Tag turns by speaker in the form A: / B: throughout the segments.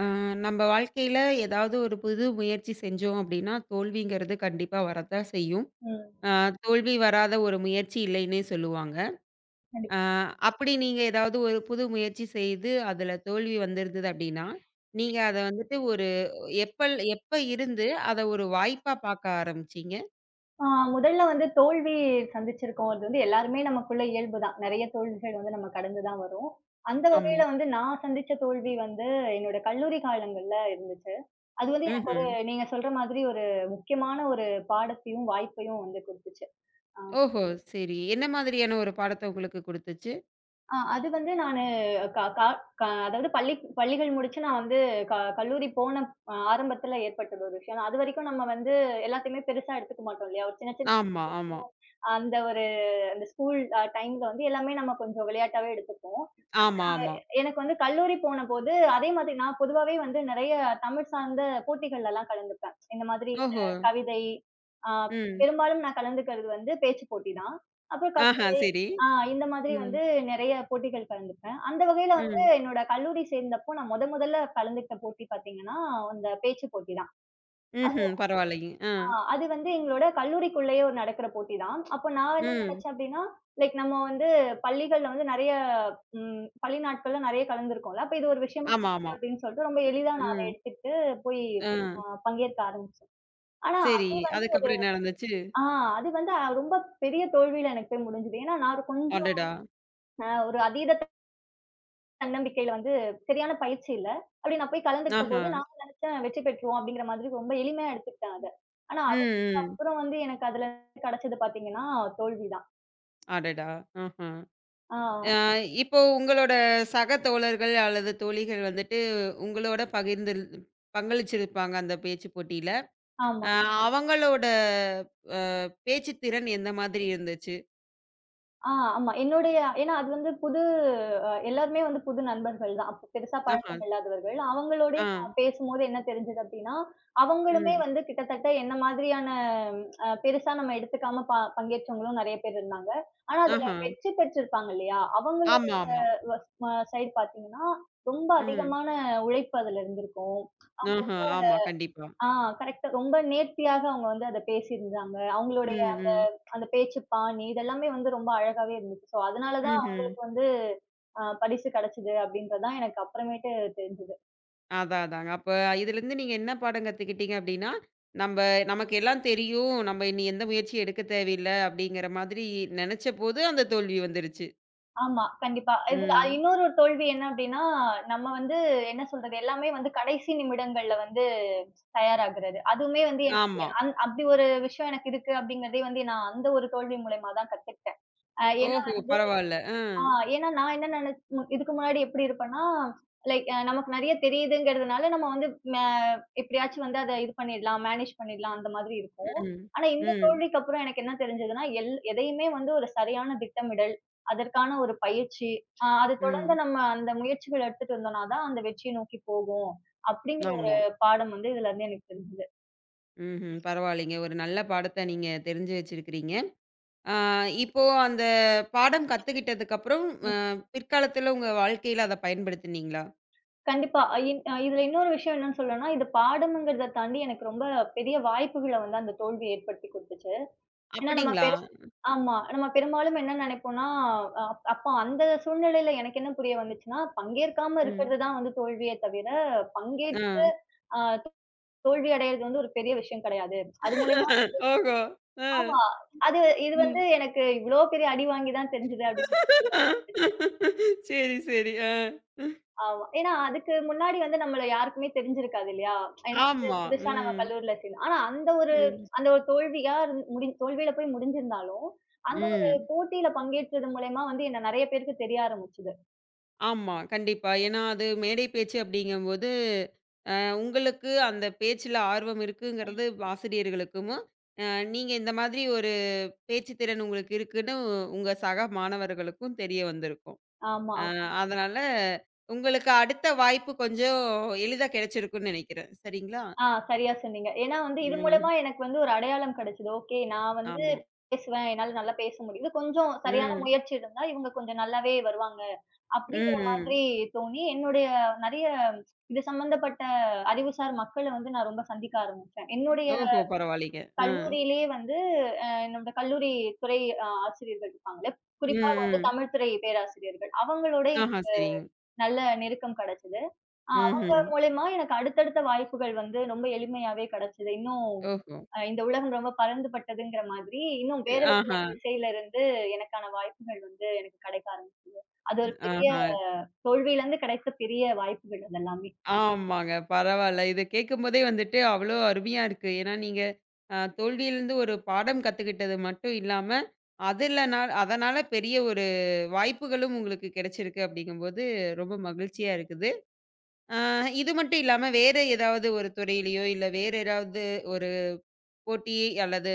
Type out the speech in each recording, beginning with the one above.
A: அ நம்ம வாழ்க்கையில ஏதாவது ஒரு புது முயற்சி செஞ்சோம் அப்படின்னா, தோல்விங்கிறது கண்டிப்பா வரத்தான் செய்யும்.
B: ம்.
A: அ தோல்வி வராத ஒரு முயற்சி இல்லைன்னே சொல்லுவாங்க. அ
B: கண்டிப்பா.
A: அப்படி நீங்க ஏதாவது ஒரு புது முயற்சி செய்து அதுல தோல்வி வந்திருந்தது அப்படின்னா, நீங்க அத வந்துட்டு ஒரு எப்ப இருந்து அத ஒரு வாய்ப்பா பாக்க ஆரம்பிச்சீங்க?
B: ஆ முதல்ல வந்து தோல்வி சந்திச்சிருக்கோம். அது வந்து எல்லாருமே நமக்குள்ள இயல்பு தான். நெறைய தோல்விகள் வந்து நம்ம கடந்து தான் வரும். அந்த
A: ஆமா.
B: வகையில வந்து நான் சந்திச்ச தோல்வி வந்து என்னோட கல்லூரி காலங்கள்ல இருந்துச்சு. அது வந்து எனக்கு ஒரு
A: ம்ஹ்ம்.
B: நீங்க சொல்ற மாதிரி ஒரு முக்கியமான ஒரு பாடத்தையும், வாய்ப்பையும் வந்து குடுத்துச்சு. ஆ.
A: ஓஹோ! சரி. என்ன மாதிரியான ஒரு பாடத்த உங்களுக்கு குடுத்துச்சு?
B: அது வந்து க கா க அதாவது பள்ளிகள் முடிச்சு நான் வந்து கல்லூரி போன ஆரம்பத்துல ஏற்பட்டது ஒரு விஷயம். அதுவரைக்கும் நம்ம வந்து எல்லாத்தையுமே பெருசா எடுத்துக்க மாட்டோம் இல்லையா? ஒரு சின்ன சின்ன
A: ஆமா, ஆமா.
B: விஷயங்களும் அந்த ஒரு அந்த ஸ்கூல் டைம்ல வந்து எல்லாமே நம்ம கொஞ்சம் விளையாட்டாவே எடுத்துப்போம்.
A: ஆமா, ஆமா.
B: எனக்கு வந்து கல்லூரி போன போது அதே மாதிரி நான் பொதுவாவே வந்து நிறைய தமிழ் சார்ந்த போட்டிகள்ல எல்லாம் கலந்துப்பேன் இந்த மாதிரி
A: ஓஹோ!
B: கவிதை. ஆஹ்
A: ம்.
B: பெரும்பாலும் நான் கலந்துக்கிறது வந்து பேச்சு போட்டி தான், அப்புறம்
A: ஆஹா,
B: கவிதை.
A: சரி.
B: இந்த மாதிரி
A: ம்,
B: வந்து நிறைய போட்டிகள் கலந்துப்பேன். அந்த வகையில வந்து
A: ம்.
B: என்னோட கல்லூரி சேர்ந்தப்போ நான் முதல்ல கலந்துக்கிட்ட போட்டி பாத்தீங்கன்னா அந்த பேச்சு போட்டி.
A: ம்ஹ்ம். பரவாயில்லைங்க. ஆ.
B: அது வந்து எங்களோட கல்லூரிக்குள்ளேயே ஒரு நடக்கிற போட்டி தான். அப்போ நான் என்ன
A: ம்.
B: நினைச்சேன் அப்படின்னா, லைக் நம்ம வந்து பள்ளிகள்ல வந்து நெறைய பள்ளி நாட்கள்ல நெறைய கலந்திருக்கோம்ல. அப்ப இது ஒரு விஷயமா
A: ஆமா,
B: இருக்குது
A: ஆமா.
B: அப்படின்னு சொல்லிட்டு ரொம்ப எளிதா நான் அத
A: ம்.
B: எடுத்துக்கிட்டு போய்
A: ஆ.
B: அ பங்கேற்க ஆரம்பிச்சேன். ஆனா
A: சரி. அதுக்கப்புறம் என்ன நடந்துச்சு?
B: ஆ அது வந்து ரொம்ப பெரிய தோல்வியில எனக்கு போய் முடிஞ்சது. ஏன்னா நான் ஒரு கொஞ்சம்
A: அடடா!
B: ஒரு அதீத தன்னம்பிக்கையில வந்து சரியான பயிற்சி இல்ல. அப்படி நான் போய் கலந்துக்கிட்ட
A: ஆஹா.
B: போது, நான் நினைச்சேன் வெற்றி பெற்றுருவோம் அப்படிங்கிற மாதிரி ரொம்ப எளிமையா எடுத்துக்கிட்டேன் அத. ஆனா
A: ம், ம்.
B: அதுக்கப்புறம் வந்து எனக்கு அதுல கிடைச்சது பார்த்தீங்கன்னா, தோல்வி தான்.
A: அடடா! ஆஹா.
B: ஆ,
A: அ இப்போ உங்களோட சக தோழர்கள் அல்லது தோழிகள் வந்துட்டு உங்களோட பங்களிச்சிருப்பாங்க அந்த பேச்சு போட்டியில.
B: ஆமா.
A: அ அவங்களோட அ பேச்சு திறன் எந்த மாதிரி இருந்துச்சு?
B: ஆ, ஆமா. என்னுடைய ஏன்னா அது வந்து புது எல்லாருமே வந்து புது நண்பர்கள் தான். அப்ப பெருசா
A: ஆஹா.
B: பழக்கம் இல்லாதவர்கள். அவங்களோடயே
A: ஆ.
B: நான் பேசும்போது என்ன தெரிஞ்சது அப்படின்னா, ம். அவங்களுமே
A: ம்.
B: வந்து கிட்டத்தட்ட என்ன மாதிரியான பெருசா நம்ம எடுத்துக்காம பங்கேற்றவங்களும் நெறைய பேர் இருந்தாங்க. ஆனா அதுல
A: ஆஹா.
B: வெற்றி பெற்றிருப்பாங்க இல்லையா? அவங்களோட
A: ஆமா, ஆமா.
B: சைடு பார்த்தீங்கன்னா, ரொம்ப
A: ம்.
B: அதிகமான உழைப்பு அதுல இருந்திருக்கும்.
A: ஆஹா. ஆமா. கண்டிப்பா.
B: ஆ கரெக்ட்டா ரொம்ப நேர்த்தியாக அவங்க வந்து அத பேசியிருந்தாங்க. அவங்களுடைய
A: ம், ம்.
B: அந்த பேச்சு பாணி இதெல்லாமே வந்து ரொம்ப அழகாவே இருந்துச்சு. ஸோ அதனால தான்
A: ம்ஹ்ம்.
B: அவங்களுக்கு வந்து பரிசு கிடைச்சது அப்படின்றது தான் எனக்கு அப்புறமேட்டு தெரிஞ்சது.
A: அதான் அதாங்க. அப்ப இதுலருந்து நீங்க என்ன பாடம் கத்துக்கிட்டீங்க அப்டின்னா, நம்ப நமக்கு எல்லாம் தெரியும். நம்ம இனி எந்த முயற்சியும் எடுக்க தேவையில்ல அப்டிங்கிற மாதிரி நெனச்சபோது அந்த தோல்வி வந்துருச்சு.
B: ஆமா, கண்டிப்பா. இதுல
A: ம்.
B: இன்னொரு ஒரு தோல்வி என்ன அப்படின்னா, நம்ம வந்து என்ன சொல்றது, எல்லாமே வந்து கடைசி நிமிடங்கள்ல வந்து தயாராகுறது. அதுவுமே வந்து எனக்கு
A: ஆமா.
B: அப்படி ஒரு விஷயம் எனக்கு இருக்கு அப்படிங்கிறதே வந்து நான் அந்த ஒரு தோல்வி மூலியமா தான் கத்துக்கிட்டேன். ஏன்னா
A: ஓஹோ! பரவால்ல. ஆ.
B: ஆ ஏன்னா நான் என்ன நெனச் இதுக்கு முன்னாடி எப்படி இருப்பேன்னா, லைக் நமக்கு நெறைய தெரியுதுங்கிறதுனால நம்ம வந்து மே எப்படியாச்சும் வந்து அத இது பண்ணிடலாம், மேனேஜ் பண்ணிடலாம் அந்த மாதிரி இருக்கும்.
A: ம்.
B: ஆனா இந்த
A: ம்.
B: தோல்விக்கு அப்புறம் எனக்கு என்ன தெரிஞ்சதுன்னா, எதையுமே வந்து ஒரு சரியான திட்டமிடல், அதற்கான ஒரு பயிற்சி, அது தொடர்ந்து
A: ம்.
B: நம்ம அந்த முயற்சிகள் எடுத்துட்டு இருந்தோம்னா தான் அந்த வெற்றியை நோக்கி போகும். அப்படிங்கிற ஒரு
A: ஆமா.
B: பாடம் வந்து இதுலருந்து எனக்கு தெரிஞ்சது.
A: ம்ஹ்ம். பரவாயில்லைங்க. ஒரு நல்ல பாடத்த நீங்க தெரிஞ்சு வச்சிருக்கிறீங்க. ஆ இப்போ அந்த பாடம் கத்துக்கிட்டதுக்கப்புறம்
B: ம்.
A: அ பிற்காலத்துல உங்க வாழ்க்கையில அத பயன்படுத்துனீங்களா?
B: கண்டிப்பா. அ இன் அ இதுல இன்னொரு விஷயம் என்னன்னு சொல்லணும்னா, இது பாடம்ங்கிறத தாண்டி எனக்கு ரொம்ப பெரிய வாய்ப்புகள வந்து அந்த தோல்வி ஏற்படுத்தி குடுத்துச்சு. ஏன்னா நம்ம
A: அப்படிங்களா?
B: பெரும் ஆமா. நம்ம பெரும்பாலும் என்ன நெனைப்போம்னா, அ அப்போ அந்த சூழ்நிலையில எனக்கு என்ன புரிய வந்துச்சுன்னா, பங்கேற்காம
A: ம்.
B: இருக்கிறது தான் வந்து தோல்வியே தவிர,
A: ஆ.
B: பங்கேற்று அ தோல்வி அடையிறது வந்து ஒரு பெரிய விஷயம் கெடையாது. அது மூலியமா
A: ஓஹோ! ஆ.
B: ஆமா. அது இது வந்து
A: ம்.
B: எனக்கு இவ்ளோ பெரிய அடி வாங்கி தான் தெரிஞ்சது அப்டி.
A: சரி, சரி. ஆ.
B: ஆமா. ஏன்னா அதுக்கு முன்னாடி வந்து நம்மள யாருக்குமே தெரிஞ்சிருக்காது இல்லையா? ஏன்னா வந்து
A: ஆமா.
B: புதுசா நம்ம
A: ம்.
B: கல்லூரில சேர்ந்தோம். ஆனா அந்த ஒரு ம்.
A: ம்.
B: அந்த ஒரு தோல்வியா இருந் முடி தோல்வியில போய் முடிஞ்சிருந்தாலும், அந்த ஒரு
A: ம்.
B: போட்டியில பங்கேற்றது மூலியமா வந்து என்ன நெறைய பேருக்கு தெரிய ஆரம்பிச்சது.
A: ஆமா. கண்டிப்பா. ஏன்னா, அது மேடை பேச்சு அப்படிங்கும்போது, உங்களுக்கு அந்த பேச்சுல ஆர்வம் இருக்குங்கிறது ஆசிரியர்களுக்கும், அ நீங்க இந்த மாதிரி ஒரு பேச்சு திறன் உங்களுக்கு இருக்குன்னு உங்க சக மாணவர்களுக்கும் தெரிய வந்திருக்கும்.
B: ஆமா.
A: அ அதனால உங்களுக்கு அடுத்த வாய்ப்பு கொஞ்சம் எளிதா கிடைச்சிருக்கும்னு நெனைக்கிறேன். சரிங்களா?
B: ஆ சரியா சொன்னீங்க. ஏன்னா வந்து இது
A: ம்.
B: மூலியமா எனக்கு வந்து ஒரு அடையாளம் கிடைச்சது. ஓகே நான் வந்து
A: ஆமா.
B: பேசுவேன். என்னால நல்லா பேச முடியும். இது கொஞ்சம் சரியான
A: ம்.
B: முயற்சி இருந்தா இவங்க கொஞ்சம் நல்லாவே வருவாங்க. அப்படிங்கிற
A: ம்.
B: மாதிரி
A: ம்.
B: தோணி, என்னுடைய நெறைய இது சம்மந்தப்பட்ட அறிவுசார் மக்கள வந்து நான் ரொம்ப சந்திக்க ஆரம்பிச்சேன். என்னுடைய
A: ஓஹோ! பரவாயில்லைங்க. ஆ.
B: கல்லூரியிலேயே வந்து என்னோட கல்லூரி துறை ஆசிரியர்கள் இருப்பாங்கல்ல,
A: ம்,
B: குறிப்பா வந்து
A: ம்.
B: தமிழ் துறை பேராசிரியர்கள். அவங்களோட
A: ஆஹா,
B: எனக்கு
A: சரிங்க.
B: நல்ல நெருக்கம் கிடைச்சது. அவங்க
A: ம்ஹ்ம்.
B: மூலியமா எனக்கு அடுத்தடுத்த வாய்ப்புகள் வந்து ரொம்ப எளிமையாவே கிடைச்சது. இன்னும்
A: ஓஹோ!
B: இந்த உலகம் ரொம்ப பறந்துபட்டதுங்கிற மாதிரி, இன்னும் வேற வேற
A: ஆஹா,
B: திசையில இருந்து எனக்கான வாய்ப்புகள் வந்து எனக்கு கிடைக்க ஆரம்பிச்சது. அது ஒரு பெரிய
A: ஆஹா.
B: தோல்வியிலிருந்து கிடைத்த பெரிய வாய்ப்புகள் அதெல்லாமே.
A: ஆமாங்க. பரவால்ல. இத கேட்கும்போதே வந்துட்டு அவ்வளோ அருமையா இருக்கு. ஏன்னா, நீங்க தோல்வியிலிருந்து ஒரு பாடம் கத்துக்கிட்டது மட்டும் இல்லாம, அதனால பெரிய ஒரு வாய்ப்புகளும் உங்களுக்கு கிடைச்சிருக்கு அப்படிங்கும்போது, ரொம்ப மகிழ்ச்சியா இருக்குது. ஆ இது மட்டும் இல்லாம வேற ஏதாவது ஒரு துறையிலயோ, இல்ல வேற ஏதாவது ஒரு போட்டி அல்லது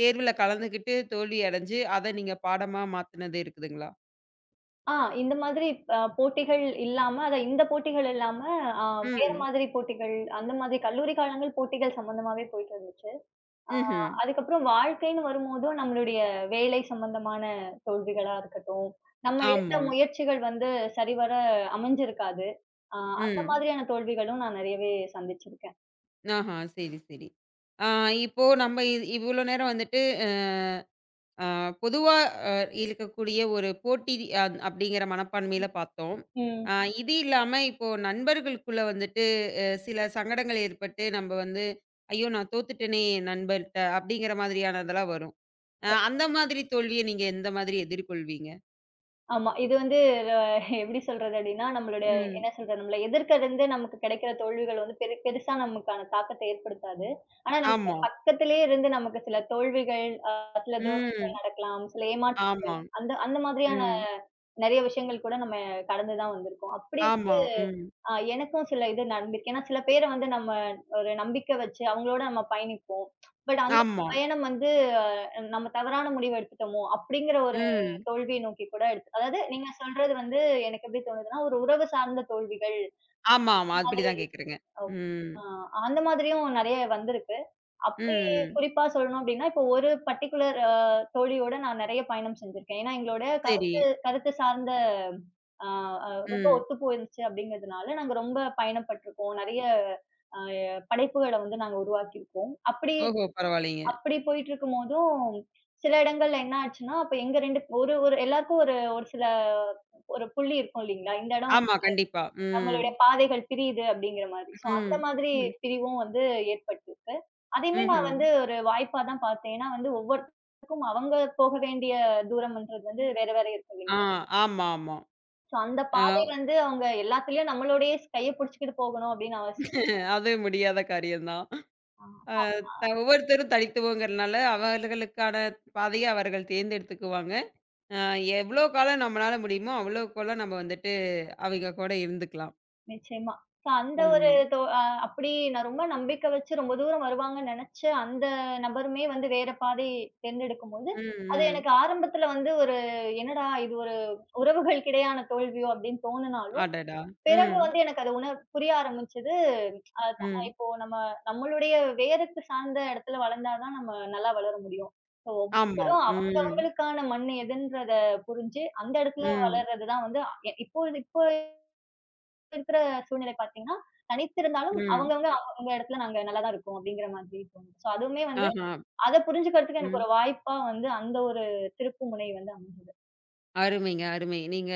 A: தேர்வுல கலந்துக்கிட்டு தோல்வி அடைஞ்சு, அத நீங்க பாடமா மாத்துனது இருக்குதுங்களா?
B: ஆ இந்த மாதிரி போட்டிகள் இல்லாம அதான் இந்த போட்டிகள் இல்லாம அ வேற
A: ம்.
B: மாதிரி போட்டிகள், அந்த மாதிரி கல்லூரி காலங்கள் போட்டிகள் சம்மந்தமாவே போயிட்டு இருந்துச்சு. ஆ
A: ம்ஹ்ம்.
B: அதுக்கப்புறம் வாழ்க்கைன்னு வரும்போதும் நம்மளுடைய வேலை சம்மந்தமான தோல்விகளா இருக்கட்டும், நம்ம எடுத்த
A: ஆமாங்க.
B: முயற்சிகள் வந்து சரிவர அமைஞ்சிருக்காது. ஆ அந்த
A: ம்.
B: மாதிரியான தோல்விகளும் நான் நெறையவே சந்திச்சிருக்கேன்.
A: ஆஹா, சரி, சரி. ஆ இப்போ நம்ம இவ்ளோ நேரம் வந்துட்டு அ அ பொதுவா அ இருக்கக்கூடிய ஒரு போட்டி அப்படிங்கிற மனப்பான்மையில பார்த்தோம்.
B: ம்.
A: ஆ இது இல்லாம இப்போ நண்பர்களுக்குள்ள வந்துட்டு சில சங்கடங்கள் ஏற்பட்டு நம்ம வந்து, "ஐயோ! நான் தோத்துட்டேனே நண்பர்ட்ட" அப்படிங்கிற மாதிரியானதெல்லாம் வரும். அந்த மாதிரி தோல்விய நீங்க எந்த மாதிரி எதிர்கொள்வீங்க?
B: ஆமா. இது வந்து ர எப்படி சொல்றது அப்படின்னா, என்ன
A: ம்.
B: சொல்றது, நம்மள எதிர்க்கருந்து நமக்கு கிடைக்கிற தோல்விகள் வந்து பெருசா நமக்கான தாக்கத்த ஏற்படுத்தாது. ஆனா நமக்கு
A: ஆமா.
B: பக்கத்திலேயே இருந்து நமக்கு சில தோல்விகள், சில துரோகங்கள்
A: ம்.
B: நடக்கலாம், சில ஏமாற்றங்கள்
A: ஆமா.
B: அந்த அந்த மாதிரியான
A: ம்.
B: நெறைய விஷயங்கள் கூட நம்ம கடந்து தான் வந்திருக்கோம். அப்படி
A: ஆமா. ம்.
B: எனக்கும் சில இது நடந்திருக்கு. ஏன்னா சில பேர வந்து நம்ம ஒரு நம்பிக்கை வச்சு அவங்களோட நம்ம பயணிப்போம். பட் அந்த
A: ஆமா.
B: பயணம் வந்து நம்ம தவறான முடிவு எடுத்துட்டோமோ! அப்படிங்கிற ஒரு
A: ம்.
B: தோல்விய நோக்கி கூட எடுத்து அதாவது நீங்க சொல்றது வந்து எனக்கு எப்படி தோணுதுன்னா, ஒரு உறவு சார்ந்த தோல்விகள்
A: ஆமா, ஆமா.
B: இந்த மாதிரி
A: அப்படிதான் கேட்குறேங்க.
B: ஓ
A: ம்.
B: ஆ அந்த மாதிரியும் நெறைய வந்திருக்கு. அப்படி
A: ம்.
B: குறிப்பா சொல்லணும் அப்படின்னா, இப்போ ஒரு பர்ட்டிகுலர் தோழியோட நான் நெறைய பயணம் செஞ்சிருக்கேன். ஏன்னா எங்களோட
A: சரி.
B: கருத்து கருத்து சார்ந்த ஆ அ ரொம்ப
A: ம்.
B: ஒத்துப் போயிருந்துச்சு அப்படிங்கிறதுனால, நாங்க ரொம்ப பயணப்பட்டுருக்கோம். நெறைய அ படைப்புகள வந்து நாங்க உருவாக்கியிருக்கோம். அப்படி
A: ஓஹோ! பரவாயில்லைங்க.
B: அப்படி போயிட்டுருக்கும்போதும், சில இடங்கள்ல என்ன ஆச்சுன்னா, அப்ப எங்க 2 ஒரு ஒரு எல்லாருக்கும் ஒரு ஒரு சில ஒரு புள்ளி இருக்கும் இல்லைங்களா? இந்த இடம்
A: ஆமா, கண்டிப்பா. ம்.
B: நம்மளுடைய பாதைகள் பிரியுது அப்படிங்கிற மாதிரி. ஸோ, அந்த
A: ம்.
B: மாதிரி
A: ம்.
B: பிரிவும் வந்து ஏற்பட்டிருக்கு. அதையுமே நான்
A: ம்ஹ்ம்.
B: வந்து ஒரு வாய்ப்பா தான் பார்த்தேன். ஏன்னா வந்து ஒவ்வொருத்தருக்கும் அவங்க போக வேண்டிய தூரம்ன்றது வந்து வேற வேற இருக்கு.
A: ஆ. ஆமா, ஆமா.
B: சோ அந்த பாதை
A: அ
B: வந்து அவங்க எல்லாத்துலயும் நம்மளோடயே கைய புடிச்சுக்கிட்டு போகணும் அப்படின்னு அவசியம் இல்ல.
A: அது முடியாத காரியம் தான். அ
B: ஆமா,
A: த ஒவ்வொருத்தரும் தனித்துவங்கிறனால அவர்களுக்கான பாதைய அவர்கள் தேர்ந்தெடுத்துக்குவாங்க. அ எவ்வளோ காலம் நம்மளால முடியுமோ, அவ்வளோ காலம் நம்ம வந்துட்டு அவங்க கூட இருந்துக்கலாம்.
B: நிச்சயமா. சோ அந்த ஒரு
A: ம்.
B: தோ அ அப்படி நான் ரொம்ப நம்பிக்கை வச்சு ரொம்ப தூரம் வருவாங்கன்னு நெனச்ச அந்த நபருமே வந்து வேற பாதை தேர்ந்தெடுக்கும்போது,
A: ம்.
B: அது
A: ம்.
B: எனக்கு ஆரம்பத்துல வந்து ஒரு என்னடா இது ஒரு உறவுகளுக்கிடையான தோல்வியோ அப்படின்னு தோணுனாலும்,
A: அடடா!
B: பிறகு
A: ம்.
B: வந்து எனக்கு அது புரிய ஆரம்பிச்சது. அ த
A: ம்.
B: இப்போ நம்ம நம்மளுடைய வேருக்கு சார்ந்த இடத்துல வளர்ந்தா தான் நம்ம நல்லா வளர முடியும். ஸோ
A: ஆமா.
B: ஒவ்வொருத்தரும்
A: ம்.
B: அவங்களுக்கான மண் எதுன்றத புரிஞ்சு, அந்த இடத்துல
A: ம்.
B: வளர்றது தான் வந்து இப்போ இப்போ இருக்கிற சூழ்நிலை பார்த்தீங்கன்னா, தனித்திருந்தாலும்
A: ம்.
B: அவங்க இடத்துல நாங்க நல்லா தான் இருக்கோம் அப்படிங்கிற மாதிரி தோணுது. ஸோ அதுவுமே வந்து
A: ஆஹா.
B: அத புரிஞ்சுக்கிறதுக்கு எனக்கு
A: ம்.
B: ஒரு வாய்ப்பா வந்து அந்த ஒரு திருப்புமுனை வந்து அமைஞ்சு.
A: அருமைங்க, அருமை. நீங்க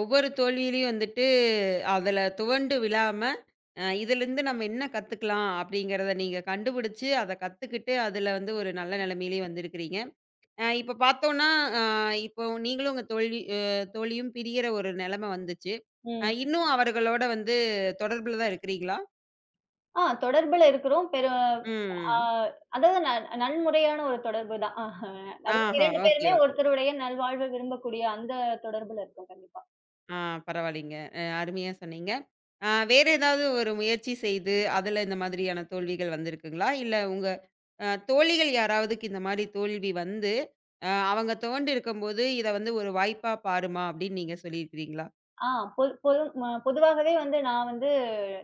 A: ஒவ்வொரு தோல்வியிலயும் வந்துட்டு, அதுல துவண்டு விழாம, இதுலருந்து நம்ம என்ன கத்துக்கலாம் அப்படிங்கிறத நீங்க கண்டுபிடிச்சு, அத கத்துக்கிட்டு, அதுல வந்து ஒரு நல்ல நிலைமையிலே வந்திருக்கிறீங்க. இப்ப பார்த்தோம்னா, அ இப்போ நீங்களும் உங்க தோல்வி அ தோழியும் பிரியற ஒரு நிலைமை வந்துச்சு.
B: ம்.
A: இன்னும் அவர்களோட வந்து தொடர்புல தான் இருக்கிறீங்களா?
B: தொடர்புல இருக்கிறோம். ஆ
A: ம்.
B: அதாவது நன்முறையான ஒரு தொடர்பு தான். அதாவது
A: ஆஹா.
B: 2
A: ஓகே,
B: பேருமே
A: ஓகே.
B: ஒருத்தருடைய நல்வாழ்வ விரும்பக்கூடிய அந்த தொடர்புல இருக்கோம் கண்டிப்பா.
A: ஆ பரவாயில்லைங்க. அருமையா சொன்னீங்க. வேற ஏதாவது ஒரு முயற்சி செய்து, அதுல இந்த மாதிரியான தோல்விகள் வந்திருக்குங்களா? இல்ல உங்க தோழிகள் யாராவதுக்கு இந்த மாரி தோல்வி வந்து, அவங்க துவண்டு இருக்கும்போது, "இத வந்து ஒரு வாய்ப்பா பாருமா" அப்படின்னு நீங்க சொல்லியிருக்கிறீங்களா?
B: ஆ பொ பொது ம பொதுவாகவே வந்து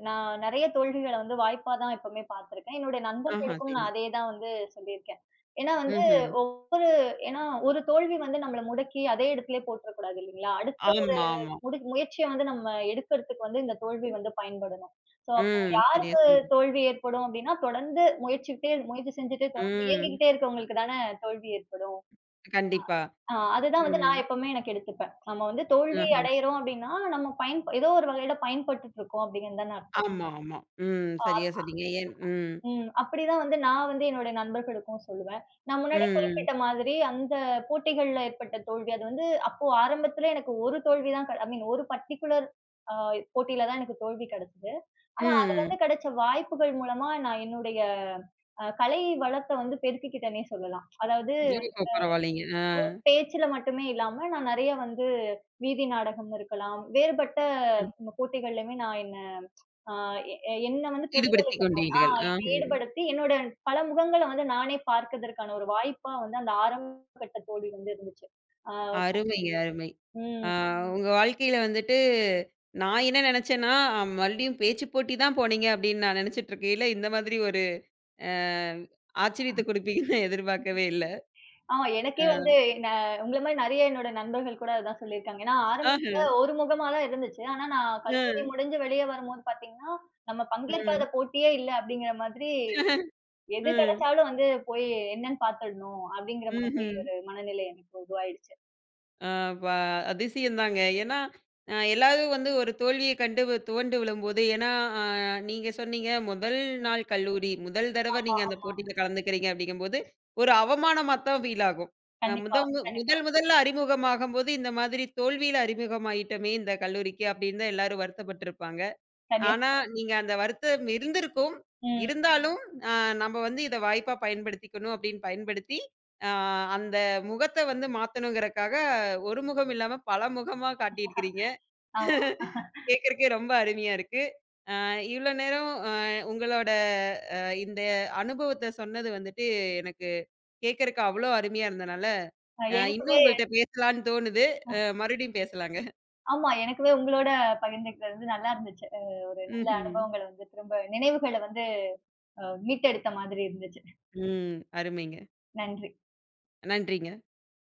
B: நான் நெறைய தோல்விகள வந்து வாய்ப்பா தான் எப்பவுமே பார்த்துருக்கேன். என்னுடைய
A: ஆஹா,
B: நண்பர்களுக்கும்
A: சரி.
B: நான் அதே தான் வந்து சொல்லியிருக்கேன். ஏன்னா வந்து
A: ம்ஹ்ம்.
B: ஒரு ஏன்னா ஒரு தோல்வி வந்து நம்மள முடக்கி அதே இடத்திலே போட்டுறக்கூடாது இல்லீங்களா? அடுத்த ஒரு
A: ஆமா, ஆமா.
B: முயற்சிய வந்து நம்ம எடுக்கறதுக்கு வந்து இந்த தோல்வி வந்து பயன்படணும். ஸோ
A: ம். சரியா
B: யாருக்கு
A: சொன்னீங்க.
B: தோல்வி ஏற்படும் அப்டின்னா, தொடர்ந்து முயற்சிக்கிட்டே முயற்சி செஞ்சுட்டு தொடர்ந்து
A: ம்.
B: இயங்கிக்கிட்டே இருக்கவங்களுக்கு தானே தோல்வி ஏற்படும்.
A: கண்டிப்பா.
B: அதுதான் வந்து
A: ம்.
B: நான் எப்பவுமே எனக்கு எடுத்துப்பேன். நம்ம வந்து தோல்வி
A: ஆஹ.
B: அடையறோம் அப்டின்னா, நம்ம பயன் ஏதோ ஒரு வகையில பயன்பட்டுட்டு இருக்கோம் அப்டிங்கிறது தான அர்த்தம்.
A: ஆமா, ஆமா. ம். சரியா சொன்னீங்க. ஏன் ம்.
B: ம். அப்படிதான் வந்து நான் வந்து என்னுடைய நண்பர்களுக்கும் சொல்லுவேன். நான் முன்னாடி
A: ம்.
B: குறிப்பிட்ட மாதிரி அந்த போட்டிகள்ல ஏற்பட்ட தோல்வி, அது வந்து அப்போ ஆரம்பத்துல எனக்கு ஒரு தோல்வி தான் ஐ மீன் ஒரு பர்ட்டிகுலர் ஆ போட்டியில தான் எனக்கு தோல்வி கிடைச்சது. ஆனா அதுலருந்து
A: ம்.
B: கிடைச்ச வாய்ப்புகள் மூலமா நான் என்னுடைய கலை வளத்த வந்து பெருக்கிக்கிட்டேன்னே சொல்லலாம். அதாவது
A: ஓஹோ! பரவாயில்லைங்க. ஆ.
B: பேச்சுல மட்டுமே இல்லாம, நான் நெறைய வந்து வீதி நாடகம் இருக்கலாம், வேறுபட்ட போட்டிகள்லயுமே நான் என்ன அ எ எ- என்ன வந்து
A: ஈடுபடுத்திக்
B: பிரதிபலிக்க ஆ
A: கொண்டீர்கள்.
B: என்ன
A: ஆஹம்.
B: ஈடுபடுத்தி, என்னோட பல முகங்கள வந்து நானே பார்க்கதற்கான ஒரு வாய்ப்பா வந்து அந்த ஆரம்ப கட்ட தோல்வி வந்து இருந்துச்சு. அ
A: அருமைங்க, அருமை. ஆ
B: ம்.
A: உங்க வாழ்க்கையில வந்துட்டு, நான் என்ன நெனச்சேன்னா, மறுபடியும் பேச்சு போட்டி தான் போனீங்க அப்படின்னு நான் நெனச்சுட்டு இருக்கையில, இந்த மாதிரி ஒரு அ ஆச்சரியத்த குடுப்பீங்கன்னு எதிர்பார்க்கவே இல்ல.
B: எனக்கே வந்து
A: ஆ.
B: ந உங்கள மாரி நெறைய என்னோட நண்பர்கள் கூட அதான் சொல்லியிருக்காங்க. ஏன்னா ஆரம்பத்துல
A: ஆஹ.
B: ஒரு முகமா தான் இருந்துச்சு. ஆனா நான் கல்லூரி
A: அ.
B: முடிஞ்சு வெளிய வரும்போது பார்த்தீங்கன்னா, நம்ம பங்கேற்காத
A: ம்.
B: போட்டியே இல்ல அப்படிங்கிற மாதிரி, எது
A: ம்.
B: கிடைச்சாலும் வந்து போய் என்னன்னு பார்த்துடணும் அப்படிங்கிற மாதிரி
A: ம்ஹ்ம்.
B: ஒரு மனநிலை எனக்கு உருவாயிடுச்சு.
A: ஆ ப அதிசயந்தாங்க. ஏன்னா, எல்லாரும் வந்து ஒரு தோல்விய கண்டு துவண்டு விழும்போது ஏன்னா, அ நீங்க சொன்னீங்க முதல்
B: ம்.
A: நாள் கல்லூரி, முதல் தடவ
B: ஆமா,
A: நீங்க அந்த
B: ஆமா.
A: போட்டியில கலந்துக்கிறீங்க அப்படிங்கும்போது, ஒரு அவமானமா தான் ஃபீல் ஆகும்.
B: கண்டிப்பா,
A: முதல்
B: கண்டிப்பா.
A: முதல்ல அறிமுகமாகும்போது, இந்த மாதிரி தோல்வியில அறிமுகமாயிட்டோமே இந்த கல்லூரிக்கு அப்படின்னு தான் எல்லாரும் வருத்தப்பட்டுருப்பாங்க.
B: சரியா
A: ஆனா, நீங்க அந்த வருத்தம் இருந்திருக்கும்.
B: ம்.
A: இருந்தாலும், அ நம்ம வந்து இத வாய்ப்பா பயன்படுத்திக்கணும் அப்படின்னு பயன்படுத்தி, அ அந்த முகத்த வந்து மாத்தணுங்கிறக்காக, ஒரு முகம் இல்லாம பல முகமா காட்டியிருக்கிறீங்க.
B: ஆமா.
A: கேட்கறக்கே ரொம்ப அருமையா இருக்கு. அ இவ்ளோ நேரம் உங்களோட அ இந்த அனுபவத்த சொன்னது வந்துட்டு, எனக்கு கேட்கறக்கு அவ்ளோ அருமையா இருந்தனால, இன்னும்
B: எனக்குமே
A: உங்கள்ட்ட பேசலான்னு தோணுது. மறுபடியும் பேசலாங்க.
B: ஆமா எனக்குமே உங்களோட பகிர்ந்துக்கிறது வந்து நல்லா இருந்துச்சு. ஒரு நல்ல
A: ம்ஹ்ம்.
B: அனுபவங்கள வந்து திரும்ப நினைவுகள வந்து மீட்டெடுத்த மாதிரி இருந்துச்சு.
A: ம். அருமைங்க.
B: நன்றி.
A: நன்றிங்க.